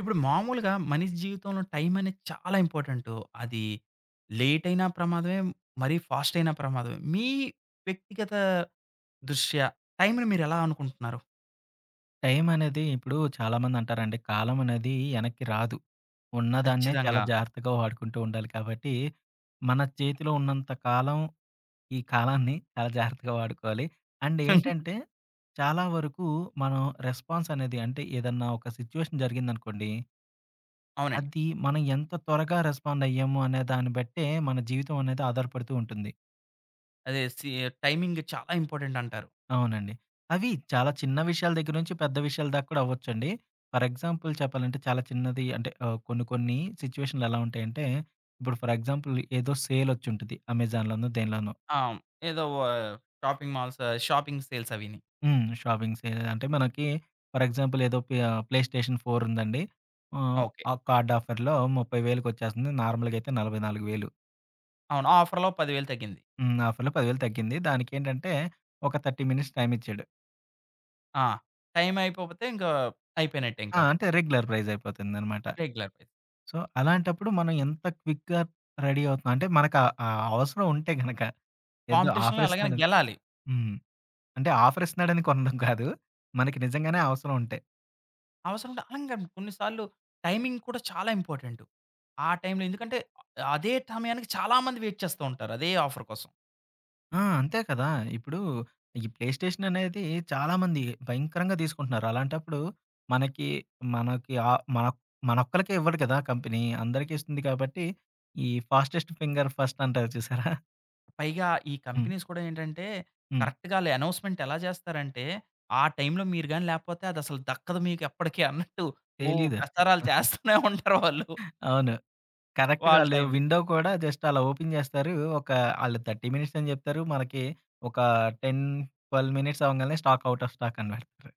ఇప్పుడు మామూలుగా మనిషి జీవితంలో టైం అనేది చాలా ఇంపార్టెంటు. అది లేట్ అయినా ప్రమాదమే, మరీ ఫాస్ట్ అయినా ప్రమాదమే. మీ వ్యక్తిగత దృష్ట్యా టైంని మీరెలా అనుకుంటున్నారు? టైం అనేది ఇప్పుడు చాలామంది అంటారండి. కాలం అనేది ఎనక్కి రాదు. ఉన్నదాన్నే చాలా ఖచ్చితంగా. జాగ్రత్తగా వాడుకుంటూ ఉండాలి కాబట్టి, మన చేతిలో ఉన్నంత కాలం ఈ కాలాన్ని చాలా జాగ్రత్తగా వాడుకోవాలి. అండ్ ఏంటంటే, చాలా వరకు మనం రెస్పాన్స్ అనేది అంటే ఏదన్నా ఒక సిట్యుయేషన్ జరిగిందనుకోండి, అవునండి. అది మనం ఎంత త్వరగా రెస్పాండ్ అయ్యాము అనే దాన్ని బట్టే మన జీవితం అనేది ఆధారపడుతూ ఉంటుంది. అదే సి టైమింగ్ చాలా ఇంపార్టెంట్ అంటారు. అవునండి, అవి చాలా చిన్న విషయాల దగ్గర నుంచి పెద్ద విషయాల దాకా కూడా అవ్వొచ్చండి. ఫర్ ఎగ్జాంపుల్ చెప్పాలంటే చాలా చిన్నది అంటే కొన్ని కొన్ని సిట్యుయేషన్‌లు ఎలా ఉంటాయంటే, ఇప్పుడు ఫర్ ఎగ్జాంపుల్ ఏదో సేల్ వచ్చుంటది. అమెజాన్‌లోనో, దేనిలోనో. ఆ! ఏదో వ షాపింగ్ మాల్స్ షాపింగ్ సేల్స్ అవిని. హ్మ్. షాపింగ్ సేల్ అంటే మనకి ఫర్ ఎగ్జాంపుల్ ప్లేస్టేషన్ 4 ఉందండి. ఆహ్, ఓకే. ఆ కార్డ్ ఆఫర్‌లో 30,000కి వచ్చేస్తుంది. నార్మల్‌గా అయితే 44,000. అవును. ఆఫర్‌లో 10,000 తగ్గింది. హ్మ్. ఆఫర్‌లో 10,000 తగ్గింది. దానికేంటంటే ఒక 30 మినిట్స్ టైమ్ ఇచ్చాడు. ఆ! టైం అయిపోతే ఇంకా అయిపోయినట్టే ఆ! ఇంకవి. అంటే రెగ్యులర్ ప్రైస్ అయిపోతుందనమాట. Regular price. సో, అలాంటప్పుడు మనం ఎంత క్విక్‌గా రెడీ అవుతున్నాం. అంటే మనకు ఆ ఆ అవసరం ఉంటే గనక ఏదో కాంపిటీషన్‌లో ఆఫర్ ఎలాగైనా ఇస్తున్నాడని గెలాలి. హ్మ్, అంటే ఆఫర్ ఇస్తున్నాడని కొనడం కాదు. మనకి నిజంగానే అవసరం ఉంటే. అవసరం ఉంటే అలంగా కొన్నిసార్లు టైమింగ్ కూడా చాలా ఇంపార్టెంటు. ఆ టైంలో ఎందుకంటే అదే సమయానికి చాలామంది వెయిట్ చేస్తూ ఉంటారు. అదే ఆఫర్ కోసం. ఆ! అంతే కదా! ఇప్పుడు ఈ ప్లేస్టేషన్ అనేది చాలామంది భయంకరంగా తీసుకుంటున్నారు. అలాంటప్పుడు మనకి, మనకి ఆహ్, మన మనొక్కళ్ళకే ఇవ్వదు కదా! కంపెనీ అందరికీ ఇస్తుంది కాబట్టి ఈ ఫాస్టెస్ట్ ఫింగర్ ఫస్ట్ అంటారు చూసారా? పైగా ఈ హ్మ్. కంపెనీస్ కూడా ఏంటంటే హ్మ్. కరెక్ట్‌గా ఆళ్ళు అనౌన్స్‌మెంట్ ఎలా చేస్తారంటే, ఆ టైంలో మీరు గాని లేకపోతే అదసలు దక్కదు మీకు ఎప్పటికి అన్నట్టు ఓ తెలీదసలు. ప్రచారాలు చేస్తూనే ఉంటారు వాళ్ళు. అవును. కరెక్ట్‌గా వాళ్ళ ఆళ్ళు టైం విండో కూడా జస్ట్ అలా ఓపెన్ జేస్తారు. ఒక ఆళ్ళు 30 మినిట్స్ అని జెప్తారు. మనకి ఒక 10, 12 మినిట్స్ అవ్వంగానే ఔట్ ఆఫ్ స్టాక్ అని బెడతారు.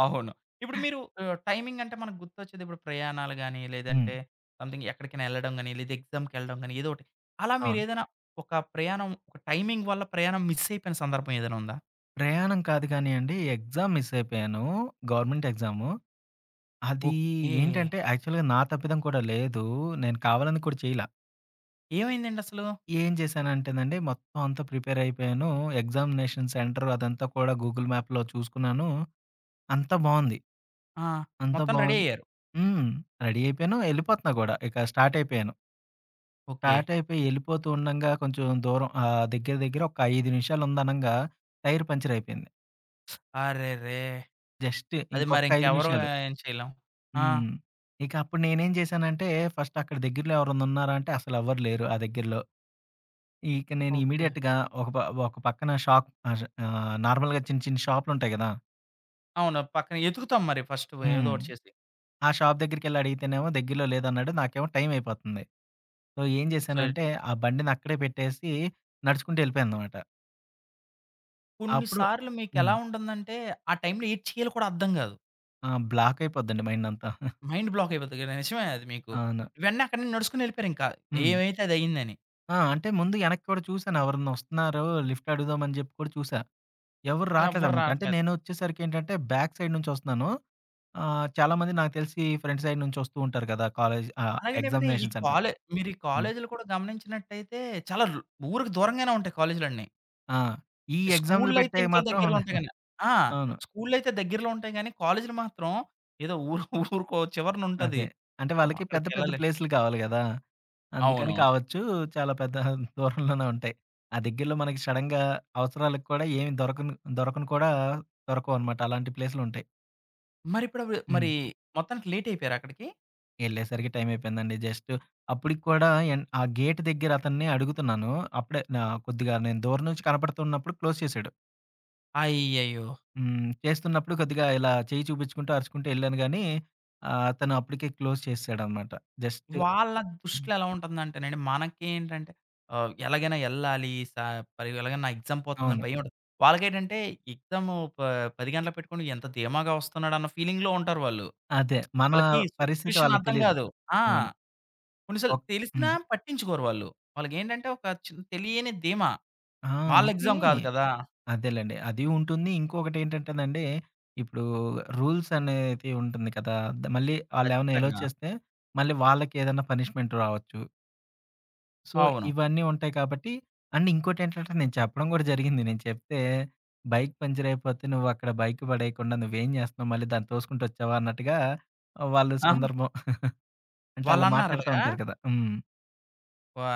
అవును. ఇప్పుడు మీరు టైమింగ్ అంటే మనకు గుర్తొచ్చేది ఇప్పుడు ప్రయాణాలు గాని, హ్మ్. లేదంటే సంథింగ్ ఎక్కడికైనా ఎళ్ళడం గాని, లేదా ఎగ్జామ్‌కెళ్ళడం గాని ఏదో ఒకటి. అలా అవును. మీరేదైనా ఒక ప్రయాణం ఒక టైమింగ్ వల్ల ప్రయాణం మిస్ అయిపోయిన సందర్భం ఏదైనా ఉందా? ప్రయాణం కాదు గానీయండి, ఎగ్జామ్ మిస్ అయిపోయాను. Government exam. అది ఓకే. ఏంటంటే యాక్చువల్‌గా నా తప్పిదం కూడా లేదు. నేను కావాలని కూడా చేయలా. ఏమైందండి అసలు? ఏం జేశానంటేనండి, మొత్తం అంతా ప్రిపేర్ అయిపోయాను. ఎగ్జామినేషన్ సెంటర్ అదంతా కూడా గూగుల్ మ్యాప్‌లో చూసుకున్నాను. అంతా బావుంది. ఆ! అంతా మొత్తం రెడీ బావుంది, అయ్యారు. హ్మ్. రెడీ అయిపోయాను. ఎళ్ళిపోతున్నా గూడా. ఇక స్టార్ట్ అయిపోయాను. ఓకే. స్టార్ట్ అయిపోయి ఎళ్ళిపోతూ ఉండంగా కొంచెం దూరం, దగ్గర దగ్గర ఒక 5 నిమిషాలు ఉందనంగా టైర్ పంచర్ అయిపోయింది. అరెరే! జస్ట్ అది ఇంకొక మరి 5 ఇంకెవరు నిమిషాలు. ఏం చేయలేం. ఆ! హ్మ్. ఇక అప్పుడు నేనేం చేశానంటే, ఫస్ట్ అక్కడ దగ్గరలో ఎవరన్నా ఉన్నారా అంటే అసలు ఎవ్వరు లేరు ఆ దగ్గరలో. ఇక నేను ఓకే. ఇమ్మీడియేట్‌గా ఒక ప ఒక పక్కన షాప్ ఆహ్, ఆహ్, నార్మల్‌గా చిన్న చిన్న షాపులుంటాయి గదా! అవును. పక్కన ఎతుకుతాం మరి ఫస్ట్ ఏదో హ్మ్. ఒకటి చేసి. ఆ షాప్ దగ్గరికెళ్లి అడిగితేనేమో దగ్గరలో లేదన్నాడు. నాకేమో టైం అయిపోతుంది. సో, ఏం సో, జేశానంటే, ఆ బండినక్కడే పెట్టేసి నడుచుకుంటూ వెళ్ళిపోయాననమాట. కొన్ని అప్పుడు సార్లు మీకెలా హ్మ్. ఉంటుందంటే, ఆ టైంలో ఏటి చేయాలో కూడా అర్థం కాదు. ఆ! బ్లాక్ అయిపోద్దండి మైండంతా. మైండ్ బ్లాక్ అయిపోద్ది కదా! నిజమే అది మీకు. అవును. ఇవన్నీ అక్కడి నుంచి నడుచుకొని ఎళ్ళిపోయారింకా. హ్మ్. ఏమైతే అదయిందని. ఆ! అంటే ముందు ఎనక్కి కూడా చూసాను ఎవరన్నా వస్తున్నారో లిఫ్ట్ అడుగుదామని జెప్పి కూడా చూసా. ఎవరు ఎవ్వరు రాట్లేదనమాట. అంటే రాట్లేదు. నేనొచ్చేసరికేంటంటే, బ్యాక్ సైడ్ నుంచొస్తున్నాను. చాలామంది నాకు తెలిసి ఫ్రంట్ సైడ్ నుంచొస్తూ ఉంటారు కదా! కాలేజ్, అలాగే నేమని ఈ ఎగ్జామినేషన్ సెంటర్‌కి. కాలే మీరు ఈ హ్మ్. కాలేజీలు కూడా గమనించినట్టయితే చాలా ర్ ఊరికి దూరంగానే ఉంటాయి కాలేజీలన్నీ. ఆ! ఈ ఎగ్జామ్‌లు స్కూళ్ళయితే పెట్టేవి ఇంట్ల మాత్రం దగ్గరలో ఉంటాయి గాని ఆ! అవును. స్కూళ్ళయితే దగ్గరలో ఉంటాయి గాని కాలేజీలు మాత్రం ఏదో ఊరు ఊరికో చివరనుంటది. అదే. అంటే పాపం వాళ్ళకి పెద్ద పెద్ద అక్కడికెళ్ళలే ప్లేసులు కావాలి గదా! అందుకని అవును. కావచ్చు. చాలా పెద్ద దూరంలోనే ఉంటాయి. ఆ దగ్గరలో మనకి సడెన్‌గా అవసరాలకు కూడా ఏమి దొరకను దొరకను కూడా దొరకవు అనమాట. అలాంటి ప్లేసులుంటాయి. మరిప్పుడవి హ్మ్. మరి మొత్తానికి లేటయిపోయారా అక్కడికి? ఎళ్ళేసరికి టైం అయిపోయిందండి. జస్ట్ అప్పటికి కూడా ఎన్ ఆ గేట్ దగ్గర అతన్ని అడుగుతున్నాను. అప్పుడే నా కొద్దిగా నేను దూరం నుంచి కనపడుతున్నప్పుడు క్లోజ్ చేశాడు. అయ్యయ్యో! హ్మ్. చేస్తున్నప్పుడు కొద్దిగా ఇలా చేయి చూపించుకుంటూ, అరుచుకుంటూ ఎళ్ళాను గానీ అతను అప్పటికే క్లోజ్ చేసేసాడనమాట. జస్ట్ వాళ్ళ దృష్టిలో ఎలా ఉంటుందంటేనండి, మనకేంటంటే ఎలాగైనా ఎళ్ళాలి. స పరి ఎలాగైనా నా ఎగ్జామ్ పోతుందని అవును. భయముంటది. వాళ్ళకేంటంటే ఎగ్జాము ప 10 గంటలకు పెట్టుకొని ఎంత ధీమాగా వస్తున్నాడన్న ఫీలింగ్‌లో ఉంటారు వాళ్ళు. అదే. మన వాళ్ళకి పరిస్థితి సిట్యుయేషన్ వాళ్ళకి అర్థం తెలీదు. కాదు. ఆ! అవును. కొన్ని సార్లు ఒక్ తెలిసినా హ్మ్. పట్టించుకోరు వాళ్ళు. వాళ్ళకేంటంటే ఒక తెలియని ధీమా. ఆ! వాళ్ళ అంటే ఎగ్జామ్ కాదు కదా! అదేలెండి. అది ఉంటుంది. ఇంకొకటేంటంటేనండి, ఇప్పుడు రూల్స్ అనేది ఉంటుంది కదా! మళ్ళీ ఆళ్ళేమన్నా ఎలో ఖచ్చితంగా. చేస్తే, మళ్ళీ వాళ్ళకేదన్నా పనిష్మెంట్ రావచ్చు. సో, అవును. ఇవన్నీ ఉంటాయి కాబట్టి, అండ్ ఇంకోటేంటంటే నేను చెప్పడం గూడా జరిగింది. నేను చెప్తే, "బైక్ పంచర్ అయిపోతే నువ్వక్కడ బైక్ పడేయకుండా నువ్వేం జేస్తున్నావు? మళ్ళీ దాన్ని తోసుకుంటూ వచ్చావా?" అన్నట్టుగా వాళ్ళు ఆహా! సందర్భం. అంటే ఆళ్ళు వాళ్ళన్నారు మాట్లాడుతా అలాగా ఉంటారు కదా! హ్మ్. వా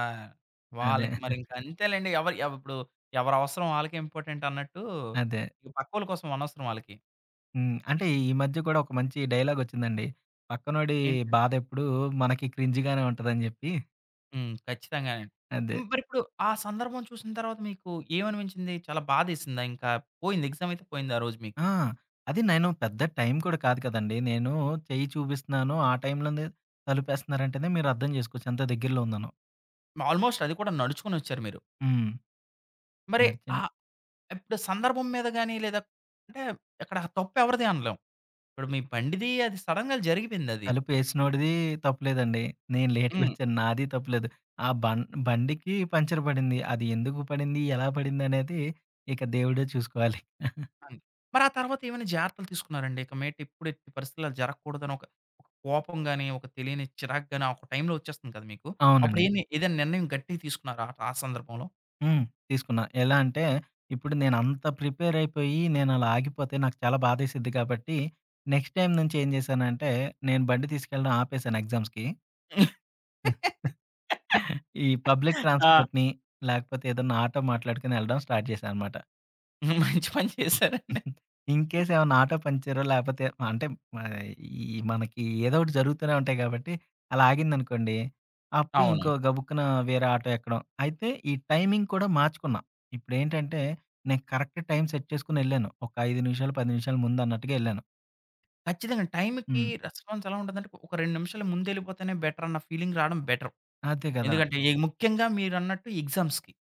అదే. వాళ్ళకి మరింక అంతేలెండి. ఎవరి ఎవ్ ఇప్పుడు ఎవరి అవసరం ఆళ్ళకే ఇంపార్టెంట్ అన్నట్టు, అదే. ఇక పక్కోళ్ళ కోసం అనవసరం ఆళ్ళకి. హ్మ్. అంటే ఈ మధ్య కూడా ఒక మంచి డైలాగొచ్చిందండి. పక్కనోడి ఏంటంటే బాధెప్పుడు మనకి క్రింజ్‌గానే ఉంటదని జెప్పి. హ్మ్. ఖచ్చితంగానండి. అదే. హ్మ్. మరిప్పుడు ఆ సందర్భం చూసిన తర్వాత మీకు ఏమనిపించింది? చాలా బాధేసిందా ఇంకా? పోయింది ఎగ్జామ్ అయితే పోయింది ఆ రోజు మీకు. ఆ! అది నేను పెద్ద టైం కూడా కాదు కదండీ. నేను చెయ్యి చూపిస్తున్నాను. ఆ టైంలోనే తలుపేస్తున్నారంటేనే మీరు అర్థం జేసుకోవచ్చు ఎంత దగ్గరలో ఉందనో. ఆల్‌మోస్ట్ అది కూడా నడుచుకొనొచ్చారు మీరు. హ్మ్. మరి నడిచని ఆహ్, ఇప్పుడు సందర్భం మీద గాని లేదా అంటే అక్కడ తప్పెవరిది అనలేం. ఇప్పుడు మీ బండిది అది సడెన్‌గా జరిగిపోయిందది. తలుపేసినోడిది తప్పులేదండి. నేను హ్మ్. లేట్‌గొచ్చాను, నాది తప్పులేదు. ఆ బం బండికి పంచర్ పడింది. అది ఎందుకు పడింది? ఎలా పడిందనేది ఇక దేవుడే చూసుకోవాలి. అంతే. మరి ఆ తర్వాత ఏమైనా జాగ్రత్తలు తీసుకున్నారండి? ఇక మీదట ఎప్పుడు ఎట్టి పరిస్థితుల్లో అలా జరగకూడదని ఒక ఒక కోపం గాని, ఒక తెలియని చిరాకు గాని, ఆ ఒక టైంలో వచ్చేస్తుంది కదా మీకు. అప్పుడు అవునండి. ఏమి ఏదైనా నిర్ణయం గట్టిగా తీసుకున్నారా ఆ ఆ సందర్భంలో? హ్మ్. తీసుకున్నా. ఎలా అంటే, ఇప్పుడు నేనంత ప్రిపేర్ అయిపోయి, నేనలా ఆగిపోతే నాకు చాలా బాధేసిద్ది కాబట్టి, నెక్స్ట్ టైమ్ నుంచి ఏం జేశానంటే, నేను బండి తీసుకెళ్ళడం ఆపేశాను ఎగ్జామ్స్‌కి. ఆ! ఈ పబ్లిక్ ట్రాన్స్‌పోర్ట్‌ని, లేకపోతే ఏదన్నా ఆటో మాట్లాడుకొని ఎళ్ళడం స్టార్ట్ జేశా అనమాట. మంచి పని చేశారండి. ఇన్ కేస్ ఏమన్నా ఆటో పంక్చరో లేపోతే, అంటే, ఆహ్, ఈ మనకి ఏదో ఒకటి జరుగుతూనే ఉంటాయి కాబట్టి, అలా ఆగిందనుకోండి. అప్పుడు అవును. ఇంకో గబుక్కున వేరే ఆటో ఎక్కడం. అయితే ఈ టైమింగ్ కూడా మార్చుకున్నా. ఇప్పుడేంటంటే, నేను కరెక్ట్ టైమ్ సెట్ చేసుకొనెళ్ళాను. ఒక 5 నిమిషాలు, 10 నిమిషాలు ముందన్నట్టుగా ఎళ్ళాను. ఖచ్చితంగా టైంకి హ్మ్. రెస్పాన్స్ ఎలా ఉంటదంటే, ఒక 2 నిమిషాలు ముందెళ్ళిపోతేనే బెటర్ అన్న ఫీలింగ్ రావడం బెటర్. అదే గదా! ఎందుకంటే, ఈ- ముఖ్యంగా మీరన్నట్టు ఎగ్జామ్స్‌కి.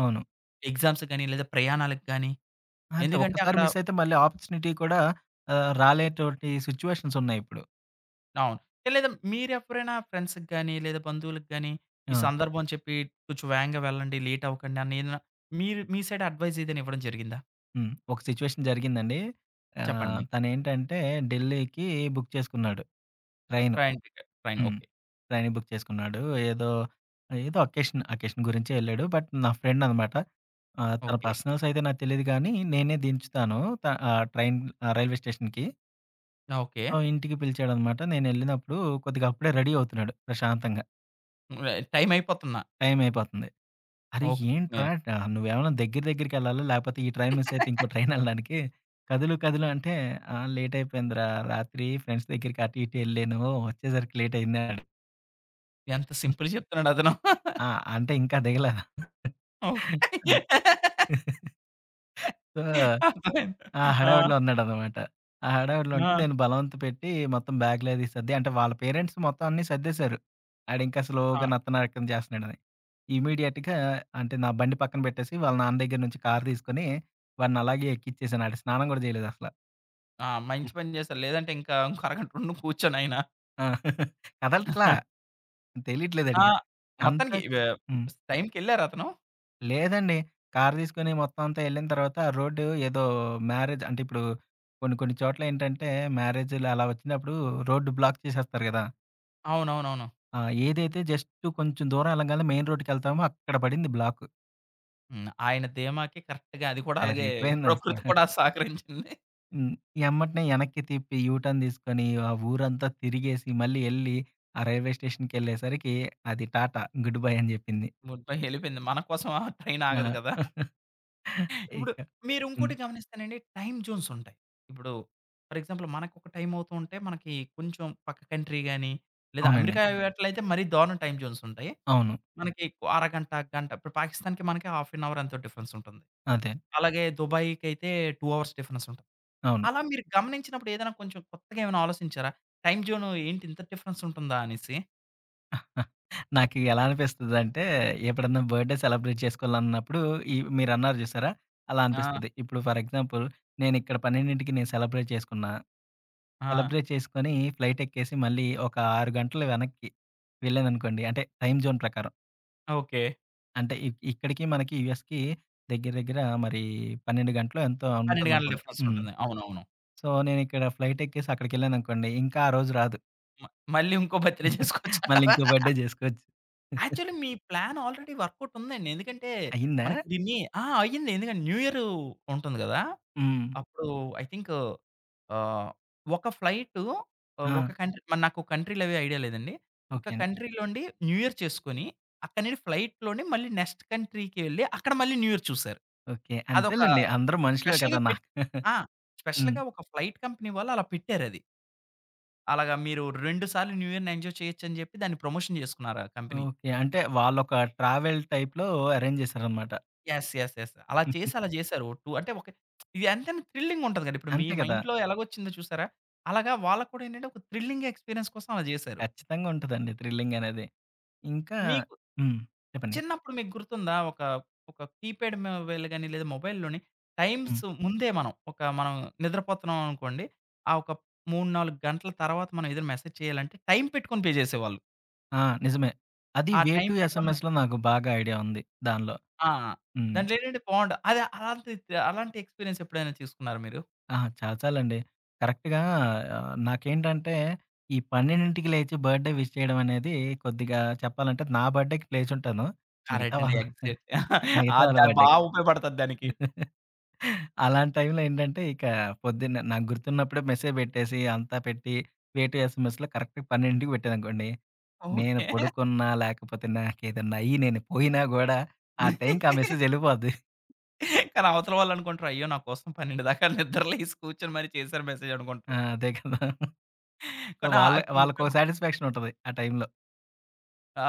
అవును. ఎగ్జామ్స్ గాని, లేదా ప్రయాణాలకు గాని, అదే ఎందుకంటే ఒక్కసారి అక్కడ మిస్ అయితే మళ్ళీ ఆపర్చునిటీ కూడా రాలేటువంటి సిట్యుయేషన్స్ ఉన్నాయిప్పుడు. అవును. లేదా మీరెప్పుడైనా ఫ్రెండ్స్‌కి గాని, లేదా బంధువులకి గాని, ఈ ఆ! సందర్భం చెప్పి కొంచెం వేగంగా వెళ్ళండి, లేట్ అవ్వకండి అని ఏదైనా మీరు మీ సైడ్ అడ్వైస్ ఏదైనా ఇవ్వడం జరిగిందా? హ్మ్. ఒక సిట్యుయేషన్ జరిగిందండి. చెప్పండి. తనేంటంటే ఢిల్లీకి బుక్ చేసుకున్నాడు. ట్రైను. ట్రైన్ టికెట్ ట్రైన్ హ్మ్. ఓకే. ట్రైన్ బుక్ చేసుకున్నాడు. ఏదో, అకేషన్ గురించే ఎళ్ళాడు. బట్ నా ఫ్రెండ్ అనమాట. తన ఓకే. పర్సనల్స్ అయితే నాకు తెలీదు గానీ, నేనే దించుతాను. త ఆహ్, ట్రైన్ ఆహ్, రైల్వే స్టేషన్‌కి. ఆ! ఓకే. సో, ఇంటికి పిలిచాడనమాట. నేనెళ్ళినప్పుడు కొద్దిగా అప్పుడే రెడీ అవుతున్నాడు ప్రశాంతంగా. హ్మ్. టైం అయిపోతున్నా. టైం అయిపోతుంది. అరే! ఓకే. ఏంట్రా, నువ్వేమన్నా దగ్గర దగ్గరికెళ్ళాలా? లేపోతే ఈ ట్రైన్ మిస్ అయితే ఇంకో ట్రైన్ ఎళ్ళడానికి. కదులు, కదులు అంటే, "ఆ! లేట్ అయిపోయిందిరా. రాత్రి ఫ్రెండ్స్ దగ్గరికి అటు, ఇటు ఎళ్ళాను. వచ్చేసరికి లేట్ అయింది" అన్నాడు. ఎంత సింపుల్ చెప్తున్నాడు అతను. ఆ! అంటే ఇంకా దిగలేదు. ఓకే. ఆ! సో, అర్థమైంది. ఆ ఆ! హడావిడిలో ఉన్నాడనమాట. ఆ హడావిడిలో ఉంటే ఆ! నేను బలవంత పెట్టి మొత్తం బ్యాగ్‌లు అది సర్ది అంటే వాళ్ళ పేరెంట్స్ మొత్తం అన్నీ సర్దేశారు. ఆడింకా స్లోగా ఆ! నత్తనడకన చేస్తున్నాడని. ఇమ్మీడియేట్‌గా అంటే నా బండి పక్కన పెట్టేసి వాళ్ళ నాన్న దగ్గర నుంచి కారు తీసుకొని వాడిని అలాగే ఎక్కిచ్చేసాను. ఆడు స్నానం గూడా చేయలేదసల. ఆ! మంచి పని చేశారు. లేదంటే ఇంకా ఇంకో అరగంట ఉండి కూర్చొని ఆయన. ఆ! కదలట్లా. తెలియట్లేదు ఆ! ఆడికి. అంతా మొత్తానికి హ్మ్. టైంకెళ్లారా అతను? లేదండి. కారు తీసుకొని మొత్తం అంతా ఎళ్ళిన తర్వాత రోడ్డు ఏదో మ్యారేజ్, అంటే ఇప్పుడు కొన్ని కొన్ని చోట్ల ఏంటంటే మ్యారేజ్‌లు అలా వచ్చినప్పుడు రోడ్డు బ్లాక్ చేసేస్తారు గదా! అవునవునవును. ఆ! ఏదైతే జస్ట్ కొంచెం దూరం ఎళ్ళంగానే మెయిన్ రోడ్‌కెళ్తామో అక్కడ పడింది బ్లాకు. హ్మ్. ఆయన ధీమాకి కరెక్ట్‌గా అది కూడా అలాగే సరిపోయిందసల. ప్రకృతి కూడా సహకరించింది. హ్మ్. ఎమ్మటనే యెనక్కి తిప్పి యూ టర్న్ తీసుకొని ఆ ఊరంతా తిరిగేసి మళ్ళీ ఎళ్ళి ఆ రైల్వే స్టేషన్‌కెళ్ళేసరికి అది టాటా గుడ్ బై అని జెప్పింది. మొత్తం ఎళ్ళిపోయింది. మన కోసం ఆ ట్రైన్ ఆ! ఆగదు కదా! ఇప్పుడు ఇక మీరు హ్మ్. ఇంకోటి గమనిస్తేనండి టైమ్ జోన్స్ ఉంటాయి. ఇప్పుడు ఫర్ ఎగ్జాంపుల్ మనకు ఒక టైమ్ అవుతూ ఉంటే మనకి కొంచెం పక్క కంట్రీ గాని, లేదా అవునండి. అమెరికా హ్మ్. అట్లయితే మరీ దారుణం టైమ్ జోన్స్ ఉంటాయి. అవును. మనకి అరగంట, గంట ఇప్పుడు పాకిస్తాన్‌కి మనకి హాఫ్ ఎన్ అవర్ ఎంతో డిఫరెన్స్ ఉంటుంది. అదే. అలాగే దుబాయ్‌కైతే 2 అవర్స్ డిఫరెన్స్ ఉంటుంది. అవును. అలా మీరు గమనించినప్పుడు ఏదైనా కొంచెం కొత్తగా ఏమైనా ఆలోచించారా? టైమ్ జోన్ ఏంటి ఇంత డిఫరెన్స్ ఉంటుందా అనేసి? నాకు ఎలా అనిపిస్తదంటే, ఎప్పుడన్నా బర్త్‌డే సెలబ్రేట్ చేసుకోవాలన్నప్పుడు ఈ మీరన్నారు చూసారా? అలా ఆ! అనిపిస్తది. ఇప్పుడు ఫర్ ఎగ్జాంపుల్, నేనిక్కడ 12కి నేను సెలబ్రేట్ చేసుకున్నా. ఆ! సెలబ్రేట్ చేసుకొని ఫ్లైట్ ఎక్కేసి మళ్ళీ ఒక 6 గంటలు వెనక్కి వెళ్ళాననుకోండి. అంటే టైమ్ జోన్ ప్రకారం. ఓకే. అంటే ఇక్కడికి మనకి యూఎస్‌కి దగ్గర దగ్గర మరి 12 గంటలో ఎంతో 12 గంటల ఉంటదనుకుంటా. డిఫరెన్స్ హ్మ్. ఉంటుంది. అవునవును. సో, నేనిక్కడ ఫ్లైట్ ఎక్కేసి అక్కడికెళ్ళాననుకోండి, ఇంకా ఆ రోజు రాదు. మ మళ్ళీ ఇంకో బత్తిలే మళ్ళీ చేసుకోవచ్చంటారా? ఇంకో బర్త్‌డే చేసుకోవచ్చు. యాక్చువల్లీ మీ ప్లాన్ ఆల్రెడీ వర్కౌట్ ఉందండి. ఎందుకంటే అయిందా? మనకి దీన్ని ఆ! అయ్యింది. ఎందుకంటే న్యూ ఇయర్ ఉంటుంది గదా! హ్మ్. అప్పుడు ఐ థింక్ ఆహ్, ఒక ఫ్లైటు ఆ! ఒక కంట్రీ మరి నాకు కంట్రీలవి ఐడియా లేదండి. ఒక ఓకే అండి. కంట్రీలోండి న్యూ ఇయర్ చేసుకొని, అక్కడి నుండి ఫ్లైట్‌లోనే మళ్ళీ నెక్స్ట్ కంట్రీకి వెళ్ళి, అక్కడ మళ్ళీ న్యూ ఇయర్ చూసారు. ఓకే. అదొక అంతేలెండి. అందరూ మనుషులే కదా! స్పెషల్‌గా నా పెట్ ఆ! హ్మ్. స్పెషల్‌గా ఒక ఫ్లైట్ కంపెనీ వాళ్ళు అలా పెట్టారది. అలాగా మీరు 2 సార్లు న్యూ ఇయర్‌ని ఎంజాయ్ చేయొచ్చని చెప్పి దాన్ని ప్రమోషన్ చేసుకున్నారు ఆ కంపెనీ. ఓకే. అంటే వాళ్ళొక ట్రావెల్ టైప్‌లో అరేంజ్ చేశారనమాట. యెస్. యెస్. యెస్. అలా చేసి అలా జేశారు. టూ అంటే ఒక ఇది ఎంతైనా థ్రిల్లింగ్ ఉంటది గదా! ఇప్పుడు మీ అంతే కదా! మైండ్‌లో ఎలాగొచ్చిందో చూసారా? అలాగా వాళ్ళకి కూడా ఏంటంటే ఒక థ్రిల్లింగ్ ఎక్స్‌పీరియన్స్ కోసం అలా జేశారు. ఖచ్చితంగా ఉంటదండి థ్రిల్లింగ్ అనేది. ఇంకా మీకు హ్మ్. చెప్పండి. చిన్నప్పుడు మీకు గుర్తుందా? ఒక ఒక కీప్యాడ్ మొబైల్ గాని, లేదా మొబైల్‌లోని హ్మ్. టైమ్స్ ముందే మనం నిద్రపోతున్నాం అనుకోండి. ఆ ఒక 3, 4 గంటల తర్వాత మనం ఏదైనా మెసేజ్ చేయాలంటే టైం పెట్టుకొని పే జేసేవాళ్ళు. ఆ! నిజమే. అది ఆ వే టైం టు పెట్టుకొని ఎస్ఎంఎస్‌లో నాకు బాగా ఐడియా ఉంది దానిలో. ఆ! హ్మ్. దాంట్లో ఏంటంటే బావుండ అది అలాంటి అలాంటి ఎక్స్‌పీరియన్స్ ఎప్పుడైనా తీసుకున్నారా మీరు? ఆ! చాలా చాలండి. కరెక్ట్‌గా నాకేంటంటే, ఈ 12కి లేచి బర్త్‌డే విష్ చేయడం అనేది, కొద్దిగా చెప్పాలంటే నా బర్త్‌డేకి లేచుంటాను. మిగతా కరెక్ట్ అండి. వాళ్ళ ఎగ్జాక్ట్‌లీ. ఆ! మిగతా వాళ్ళ దాని బా బర్త్‌డేకి. ఉపయోగపడతది దానికి. అలాంటి టైంలో ఏంటంటే, ఇక పొద్దున్న నాకు గుర్తున్నప్పుడే మెసేజ్ పెట్టేసి, అంతా పెట్టి, వేటు ఎస్ఎంఎస్‌లో కరెక్ట్‌గా 12కి పెట్టాననుకోండి. నేను ఓకే. పడుకున్నా, లేకపోతే నాకేదన్నా అయ్యి నేను పోయినా గూడా, ఆ టైంకి ఆ మెసేజ్ ఎళ్ళిపోద్ది. కానీ అవతల వాళ్ళనుకుంటారు, అయ్యో! నా కోసం 12 దాకా నిద్ర లేసి కూర్చొని మరి చేశారు మెసేజ్ ఆ! అనుకుంటారు. అదే కదా! సో, కానీ వాళ్ళ కొన్ని వాళ్ళకో ఉపయోగపడు సాటిస్ఫాక్షన్ ఉంటది ఆ టైంలో. ఆ!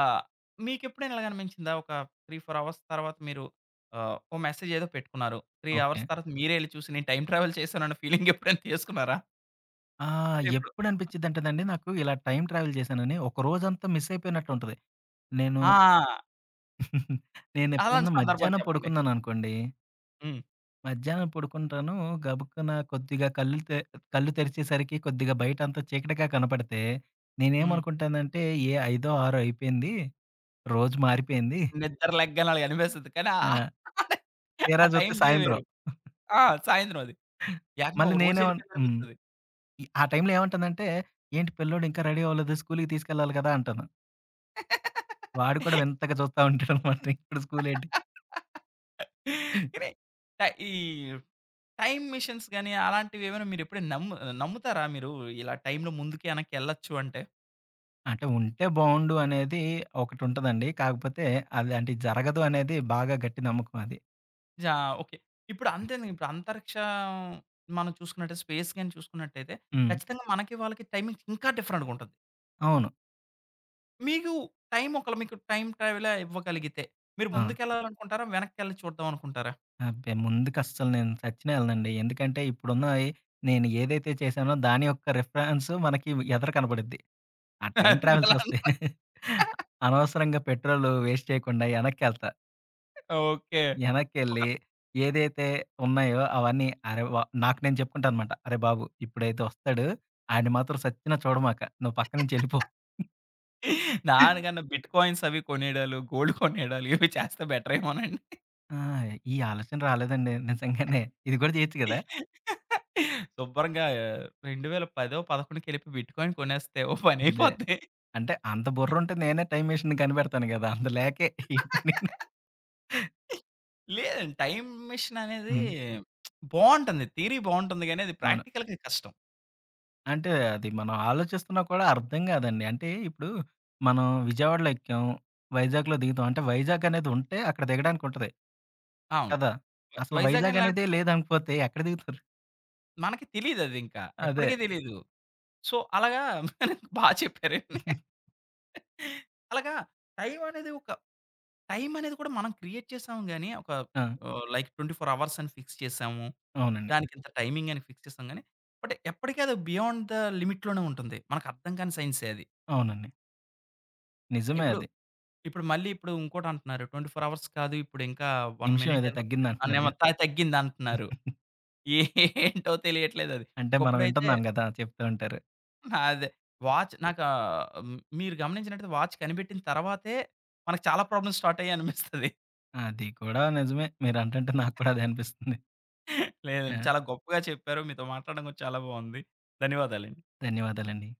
మీకెప్పుడైనా ఇలాగ అనిపించిందా? ఒక 3, 4 అవర్స్ తర్వాత మీరు ఓ మెసేజ్ ఏదో పెట్టుకున్నారు. 3 ఓకే. అవర్స్ తర్వాత మీరే ఎళ్లి చూసి నేను టైమ్ ట్రావెల్ చేశానన్న ఫీలింగ్ ఎప్పుడైనా చేసుకున్నారా? ఆ! అంటే ఇప్పుడు ఎప్పుడు అనిపిచ్చిదంటేనండి నాకు ఇలా టైమ్ ట్రావెల్ చేశానని, ఒక రోజంతా మిస్ అయిపోయినట్టుంటది. నేను ఆ! నేనెప్పుడన్నా అలాంటి సందర్భం మధ్యాహ్నం చెప్పండి. పడుకున్నాననుకోండి, హ్మ్. మధ్యాహ్నం పడుకుంటాను. గబుక్కున కొద్దిగా కళ్ళు తెరిచేసరికి కొద్దిగా బయటంతా చీకటిగా కనపడితే, హ్మ్. నేనేమనుకుంటానంటే, ఏ ఐదో, ఆరో అయిపోయింది. రోజు మారిపోయింది. నిద్ర లెగ్గానే అలాగ అనిపిస్తది. కానీ ఆ ఆ! తీరా ఆ టైం చూస్తే సాయంత్రం. వేరు. ఆ! సాయంత్రం అది. ఏకంగా మళ్ళీ ఒక రోజు నేనేమన్ హ్మ్. ఎళ్ళిపోయిందనిపిస్తది. ఈ ఆ టైంలో ఏమంటానంటే, "ఏంటి పిల్లోడు ఇంకా రెడీ అవ్వలేదు. స్కూలుకి తీసుకెళ్ళాలి కదా!" అంటాను. వాడు కూడా వింతగా చూస్తా ఉంటాడనమాట. ఇప్పుడు స్కూలేంటి? కానీ ట ఈ టైమ్ మిషన్స్ గాని, అలాంటివి ఏమైనా మీరెప్పుడైనా నమ్ముతారా మీరు? ఇలా టైమ్‌లో ముందుకి, వెనక్కి ఎళ్ళొచ్చు అంటే? అంటే ఉంటే బావుండు అనేది ఒకటుంటదండి. కాకపోతే అది అంటే జరగదు అనేది బాగా గట్టి నమ్మకం అది. జా ఓకే. ఇప్పుడు అంతేందుకు ఇప్పుడు అంతరిక్షం మనం చూసుకున్నట్టయితే, స్పేస్ గాని చూసుకున్నట్టయితే, హ్మ్. ఖచ్చితంగా మనకి, వాళ్ళకి టైమింగ్స్ ఇంకా డిఫరెంట్‌గుంటది. అవును. మీకు టైమ్ ఒకవేళ మీకు టైమ్ ట్రావెలే ఇవ్వగలిగితే, మీరు ఆ! ముందుకెళ్ళాలనుకుంటారా? వెనక్కెళ్ళి చూద్దాం అనుకుంటారా? అబ్బే! ముందుకస్సలు నేను చచ్చినా ఎళ్ళనండి. ఎందుకంటే ఇప్పుడున్నయి నేను ఏదైతే చేశానో దాని యొక్క రిఫరెన్స్ మనకి ఎదర కనపడిద్ది. ఆ టైమ్ ట్రావెల్స్ ఎలా? వస్తే అనవసరంగా పెట్రోల్ వేస్ట్ చేయకుండా ఎనక్కెళ్తా. ఓకే. ఒక ఎనక్కెళ్ళి ఏదైతే ఉన్నాయో అవన్నీ, అరె! వ నాకు నేను చెప్పుకుంటా అనమాట. "అరె బాబు! ఇప్పుడైతే వస్తాడు. ఆడిని మాత్రం సచ్చినా చూడమాక. నువ్వు పక్క నుంచి ఎళ్ళిపో." దానికన్నా బిట్ కాయిన్స్ అవి కొనేడాలు, గోల్డ్ కొనేడాలు ఇవి చేస్తే బెటరేమోనండి. ఆ! ఈ ఆలోచన రాలేదండి నిజంగానే. ఇది కూడా చేయొచ్చు గదా! శుభ్రంగా 2010, 11కెళ్ళిపోయి బిట్ కాయిన్ కొనేస్తే ఓ అదే. పనైపోద్ది. అంటే అంత బుర్రుంటే నేనే టైమ్ మెషిన్‌ని కనిపెడతాను గదా! అంత లేకే లేదండి. టైమ్ మిషన్ అనేది హ్మ్. బావుంటుంది. థియరీ బావుంటుంది గానీ, అది అవును. ప్రాక్టికల్‌గా కష్టం. అంటే అది మనం ఆలోచిస్తున్నా కూడా అర్థం గాదండి. అంటే ఇప్పుడు మనం విజయవాడలో ఎక్కాం, వైజాగ్‌లో దిగుతాం. అంటే వైజాగ్ అనేది ఉంటే అక్కడ దిగడానికి ఉంటది అవును. కదా! అసలు వైజాగ్ అని వైజాగ్ అనేదే లేకపోతే లేదనుకోతే ఎక్కడ దిగుతారు? మనకి తెలీదదింకా. అదే. ఎప్పటికి తెలీదు. సో, అలాగా బా చెప్పారండి. అలాగా టైం అనేది ఒక టైం అనేది కూడా మనం క్రియేట్ చేసాము గానీ, ఒక హ్మ్. ఆ! ఆహ్, లైక్ 24 అవర్స్ అని ఫిక్స్ చేసాము. అవునండి. దానికింత టైమింగ్ అని ఫిక్స్ చేసాం గానీ, బట్ ఎప్పటికి అది బియాండ్ ద లిమిట్‌లోనే ఉంటుంది. మనకు అర్థం కాని సైన్సే అది. అవునండి, నిజమే ఇప్పుడు, అది. ఇప్పుడు ఇంకోటంటున్నారు. 24 అవర్స్ కాదు ఇప్పుడు ఇంకా 1 నిమిషం మినిట్ ఏదో ఎంతో అనేమో తగ్గిందంటున్నారుగా. త తగ్గిందంటున్నారు. ఏంటో తెలియట్లేదది. అంటే మనం ఒకప్పుడైతే వింటున్నాం గదా! చెప్తూ ఉంటారు. అదే వాచ్ నాకు మీరు గమనించినట్టయితే వాచ్ కనిపెట్టిన తర్వాతే మనకు చాలా ప్రాబ్లమ్స్ స్టార్ట్ అయ్యాయి అనిపిస్తది. అది కూడా నిజమే. మీరంటుంటే నాకు కూడా అదే అనిపిస్తుంది. ఆ! లేదండి. చాలా గొప్పగా చెప్పారు. మీతో మాట్లాడడం కూడా చాలా బావుంది. ధన్యవాదాలండి. ధన్యవాదాలండి.